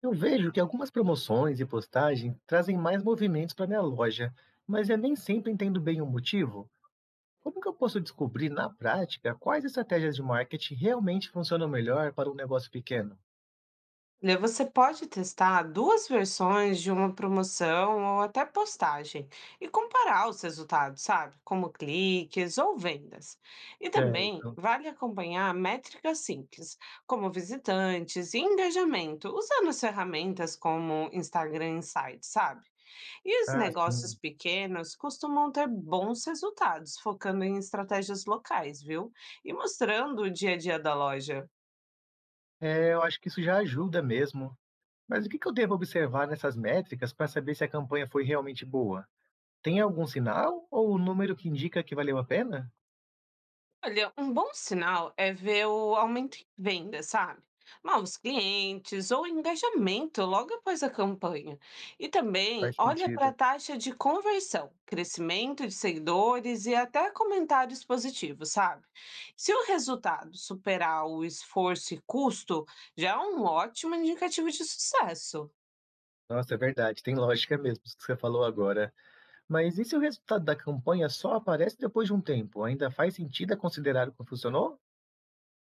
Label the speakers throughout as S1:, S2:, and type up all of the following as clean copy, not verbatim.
S1: Eu vejo que algumas promoções e postagens trazem mais movimentos para minha loja, mas eu nem sempre entendo bem o motivo. Como que eu posso descobrir na prática quais estratégias de marketing realmente funcionam melhor para um negócio pequeno?
S2: Olha, você pode testar duas versões de uma promoção ou até postagem e comparar os resultados, sabe? Como cliques ou vendas. E também
S1: Certo.
S2: vale acompanhar métricas simples, como visitantes e engajamento, usando as ferramentas como Instagram Insights, sabe? E os
S1: Ah,
S2: negócios
S1: sim.
S2: pequenos costumam ter bons resultados, focando em estratégias locais, viu? E mostrando o dia a dia da loja.
S1: É, eu acho que isso já ajuda mesmo. Mas o que que eu devo observar nessas métricas para saber se a campanha foi realmente boa? Tem algum sinal ou o número que indica que valeu a pena?
S2: Olha, um bom sinal é ver o aumento em vendas, sabe? Novos clientes ou engajamento logo após a campanha. E também
S1: Faz
S2: olha para a
S1: sentido.
S2: taxa de conversão, crescimento de seguidores e até comentários positivos, sabe? Se o resultado superar o esforço e custo, já é um ótimo indicativo de sucesso.
S1: Nossa, é verdade, tem lógica mesmo isso que você falou agora. Mas e se o resultado da campanha só aparece depois de um tempo? Ainda faz sentido é considerar o que funcionou?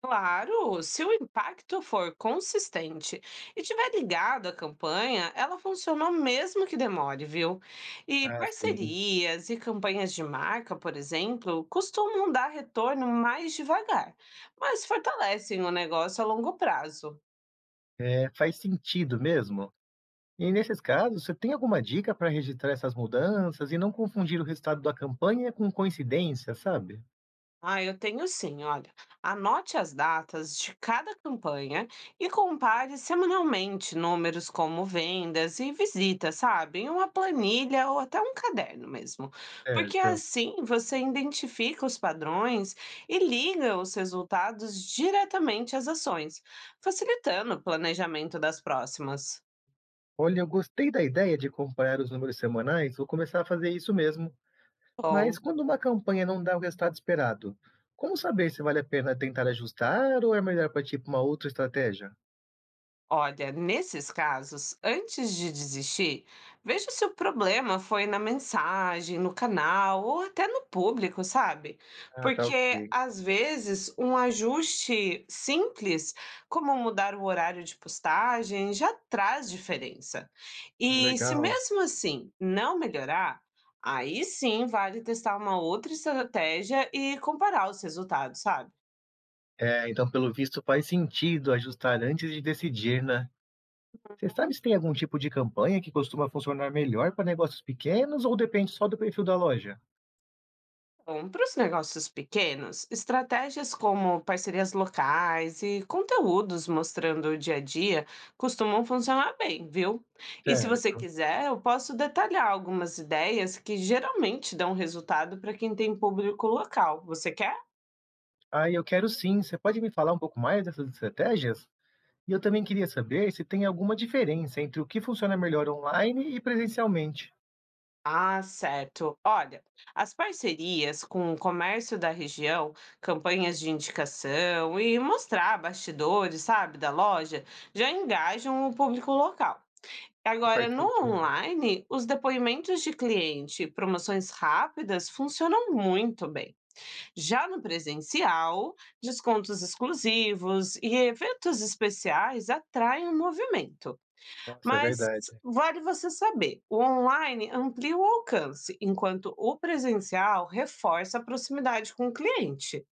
S2: Claro, se o impacto for consistente e tiver ligado à campanha, ela funcionou mesmo que demore, viu? E
S1: Ah, sim.
S2: parcerias e campanhas de marca, por exemplo, costumam dar retorno mais devagar, mas fortalecem o negócio a longo prazo.
S1: É, faz sentido mesmo. E nesses casos, você tem alguma dica para registrar essas mudanças e não confundir o resultado da campanha com coincidência, sabe?
S2: Ah, eu tenho sim, olha. Anote as datas de cada campanha e compare semanalmente números como vendas e visitas, sabe? Em uma planilha ou até um caderno mesmo. Porque
S1: Certo.
S2: assim você identifica os padrões e liga os resultados diretamente às ações, facilitando o planejamento das próximas.
S1: Olha, eu gostei da ideia de comparar os números semanais, vou começar a fazer isso mesmo.
S2: Bom.
S1: Mas quando uma campanha não dá o resultado esperado, como saber se vale a pena tentar ajustar ou é melhor partir para uma outra estratégia?
S2: Olha, nesses casos, antes de desistir, veja se o problema foi na mensagem, no canal ou até no público, sabe?
S1: Ah, tá ok.
S2: Porque às vezes um ajuste simples, como mudar o horário de postagem, já traz diferença. E se
S1: Legal.
S2: mesmo assim não melhorar, aí sim vale testar uma outra estratégia e comparar os resultados, sabe?
S1: É, então, pelo visto, faz sentido ajustar antes de decidir, né? Você sabe se tem algum tipo de campanha que costuma funcionar melhor para negócios pequenos ou depende só do perfil da loja?
S2: Bom, para os negócios pequenos, estratégias como parcerias locais e conteúdos mostrando o dia a dia costumam funcionar bem, viu? E se você
S1: Certo.
S2: quiser, eu posso detalhar algumas ideias que geralmente dão resultado para quem tem público local. Você quer?
S1: Ah, eu quero sim. Você pode me falar um pouco mais dessas estratégias? E eu também queria saber se tem alguma diferença entre o que funciona melhor online e presencialmente.
S2: Ah, certo. Olha, as parcerias com o comércio da região, campanhas de indicação e mostrar bastidores, sabe, da loja, já engajam o público local. Agora,
S1: Faz
S2: no
S1: sentido.
S2: online, os depoimentos de cliente, e promoções rápidas funcionam muito bem. Já no presencial, descontos exclusivos e eventos especiais atraem o movimento.
S1: Nossa, é
S2: Mas
S1: verdade.
S2: vale você saber, o online amplia o alcance, enquanto o presencial reforça a proximidade com o cliente.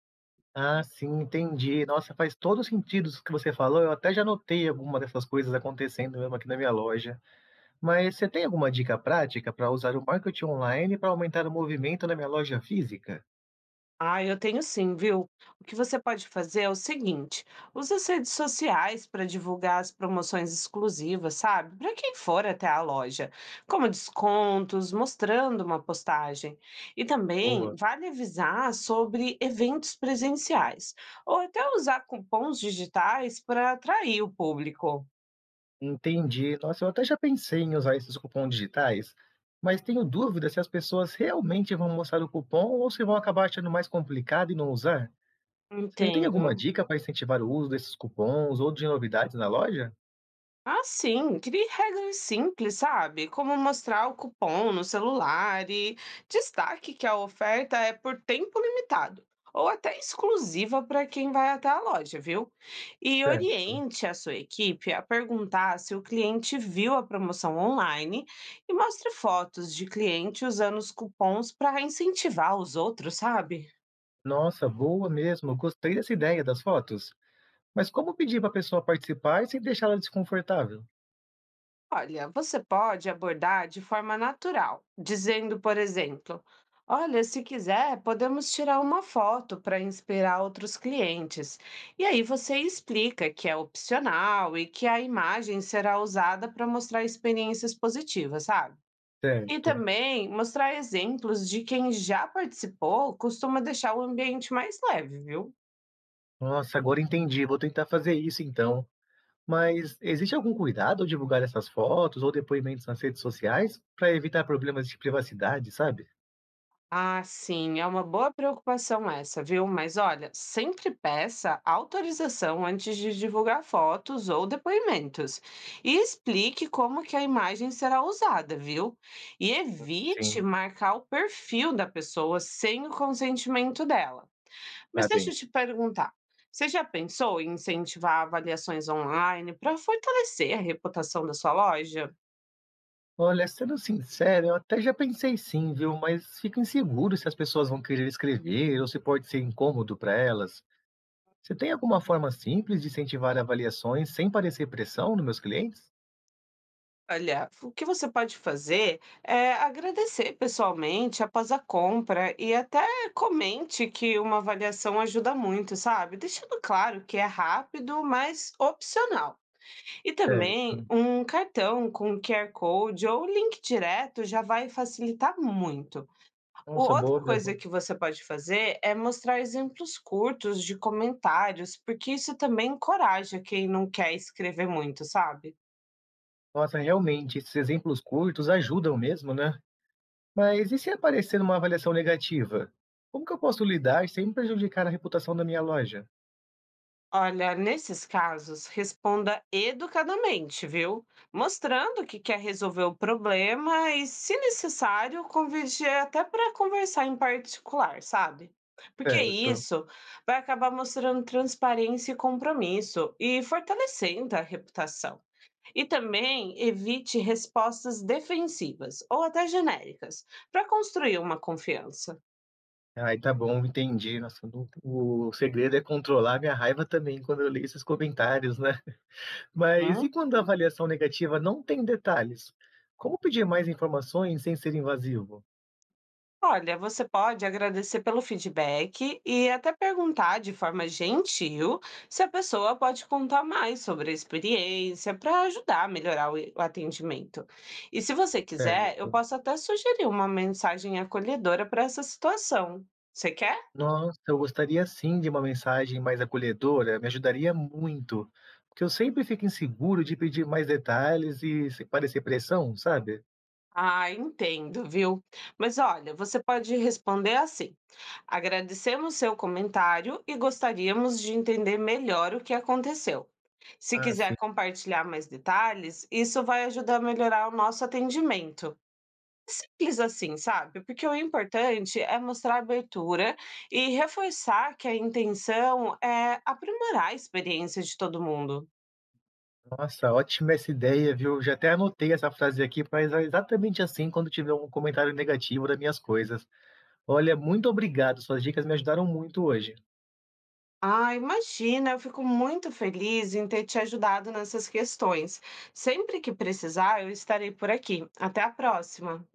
S1: Ah, sim, entendi. Nossa, faz todo sentido isso que você falou. Eu até já notei alguma dessas coisas acontecendo mesmo aqui na minha loja. Mas você tem alguma dica prática para usar o marketing online para aumentar o movimento na minha loja física?
S2: Ah, eu tenho sim, viu? O que você pode fazer é o seguinte: usa as redes sociais para divulgar as promoções exclusivas, sabe? Para quem for até a loja, como descontos, mostrando uma postagem. E também
S1: Boa.
S2: vale avisar sobre eventos presenciais, ou até usar cupons digitais para atrair o público.
S1: Entendi. Nossa, eu até já pensei em usar esses cupons digitais, mas tenho dúvida se as pessoas realmente vão mostrar o cupom ou se vão acabar achando mais complicado e não usar. Você tem
S2: Entendo.
S1: alguma dica para incentivar o uso desses cupons ou de novidades na loja?
S2: Ah, sim, crie regras simples, sabe? Como mostrar o cupom no celular e destaque que a oferta é por tempo limitado ou até exclusiva para quem vai até a loja, viu? E
S1: Certo.
S2: oriente a sua equipe a perguntar se o cliente viu a promoção online e mostre fotos de cliente usando os cupons para incentivar os outros, sabe?
S1: Nossa, boa mesmo. Eu gostei dessa ideia das fotos. Mas como pedir para a pessoa participar sem deixá-la desconfortável?
S2: Olha, você pode abordar de forma natural, dizendo, por exemplo, olha, se quiser, podemos tirar uma foto para inspirar outros clientes. E aí você explica que é opcional e que a imagem será usada para mostrar experiências positivas, sabe? E
S1: Certo.
S2: também mostrar exemplos de quem já participou costuma deixar o ambiente mais leve, viu?
S1: Nossa, agora entendi. Vou tentar fazer isso então. Mas existe algum cuidado ao divulgar essas fotos ou depoimentos nas redes sociais para evitar problemas de privacidade, sabe?
S2: Ah, sim, é uma boa preocupação essa, viu? Mas olha, sempre peça autorização antes de divulgar fotos ou depoimentos e explique como que a imagem será usada, viu? E evite
S1: Sim,
S2: marcar o perfil da pessoa sem o consentimento dela. Mas
S1: tá
S2: deixa eu
S1: bem.
S2: te perguntar, você já pensou em incentivar avaliações online para fortalecer a reputação da sua loja?
S1: Olha, sendo sincero, eu até já pensei sim, viu? Mas fico inseguro se as pessoas vão querer escrever ou se pode ser incômodo para elas. Você tem alguma forma simples de incentivar avaliações sem parecer pressão nos meus clientes?
S2: Olha, o que você pode fazer é agradecer pessoalmente após a compra e até comente que uma avaliação ajuda muito, sabe? Deixando claro que é rápido, mas opcional. E também
S1: Certo.
S2: um cartão com QR Code ou link direto já vai facilitar muito.
S1: Nossa, boa
S2: Outra coisa
S1: mesmo.
S2: que você pode fazer é mostrar exemplos curtos de comentários, porque isso também encoraja quem não quer escrever muito, sabe?
S1: Nossa, realmente, esses exemplos curtos ajudam mesmo, né? Mas e se aparecer uma avaliação negativa? Como que eu posso lidar sem prejudicar a reputação da minha loja?
S2: Olha, nesses casos, responda educadamente, viu? Mostrando que quer resolver o problema e, se necessário, convide até para conversar em particular, sabe? Porque
S1: Certo.
S2: isso vai acabar mostrando transparência e compromisso e fortalecendo a reputação. E também evite respostas defensivas ou até genéricas para construir uma confiança.
S1: Ai, tá bom, entendi. Nossa, não- o segredo é controlar minha raiva também quando eu leio esses comentários, né? Mas e quando a avaliação negativa não tem detalhes? Como pedir mais informações sem ser invasivo?
S2: Olha, você pode agradecer pelo feedback e até perguntar de forma gentil se a pessoa pode contar mais sobre a experiência para ajudar a melhorar o atendimento. E se você quiser, eu
S1: Certo.
S2: posso até sugerir uma mensagem acolhedora para essa situação. Você quer?
S1: Nossa, eu gostaria sim de uma mensagem mais acolhedora, me ajudaria muito. Porque eu sempre fico inseguro de pedir mais detalhes e se parecer pressão, sabe?
S2: Ah, entendo, viu? Mas olha, você pode responder assim: agradecemos seu comentário e gostaríamos de entender melhor o que aconteceu. Se
S1: Ah,
S2: quiser
S1: sim.
S2: compartilhar mais detalhes, isso vai ajudar a melhorar o nosso atendimento. Simples assim, sabe? Porque o importante é mostrar abertura e reforçar que a intenção é aprimorar a experiência de todo mundo.
S1: Nossa, ótima essa ideia, viu. Já até anotei essa frase aqui pra exatamente assim quando tiver um comentário negativo das minhas coisas. Olha, muito obrigado, suas dicas me ajudaram muito hoje.
S2: Ah, imagina, eu fico muito feliz em ter te ajudado nessas questões. Sempre que precisar, eu estarei por aqui. Até a próxima!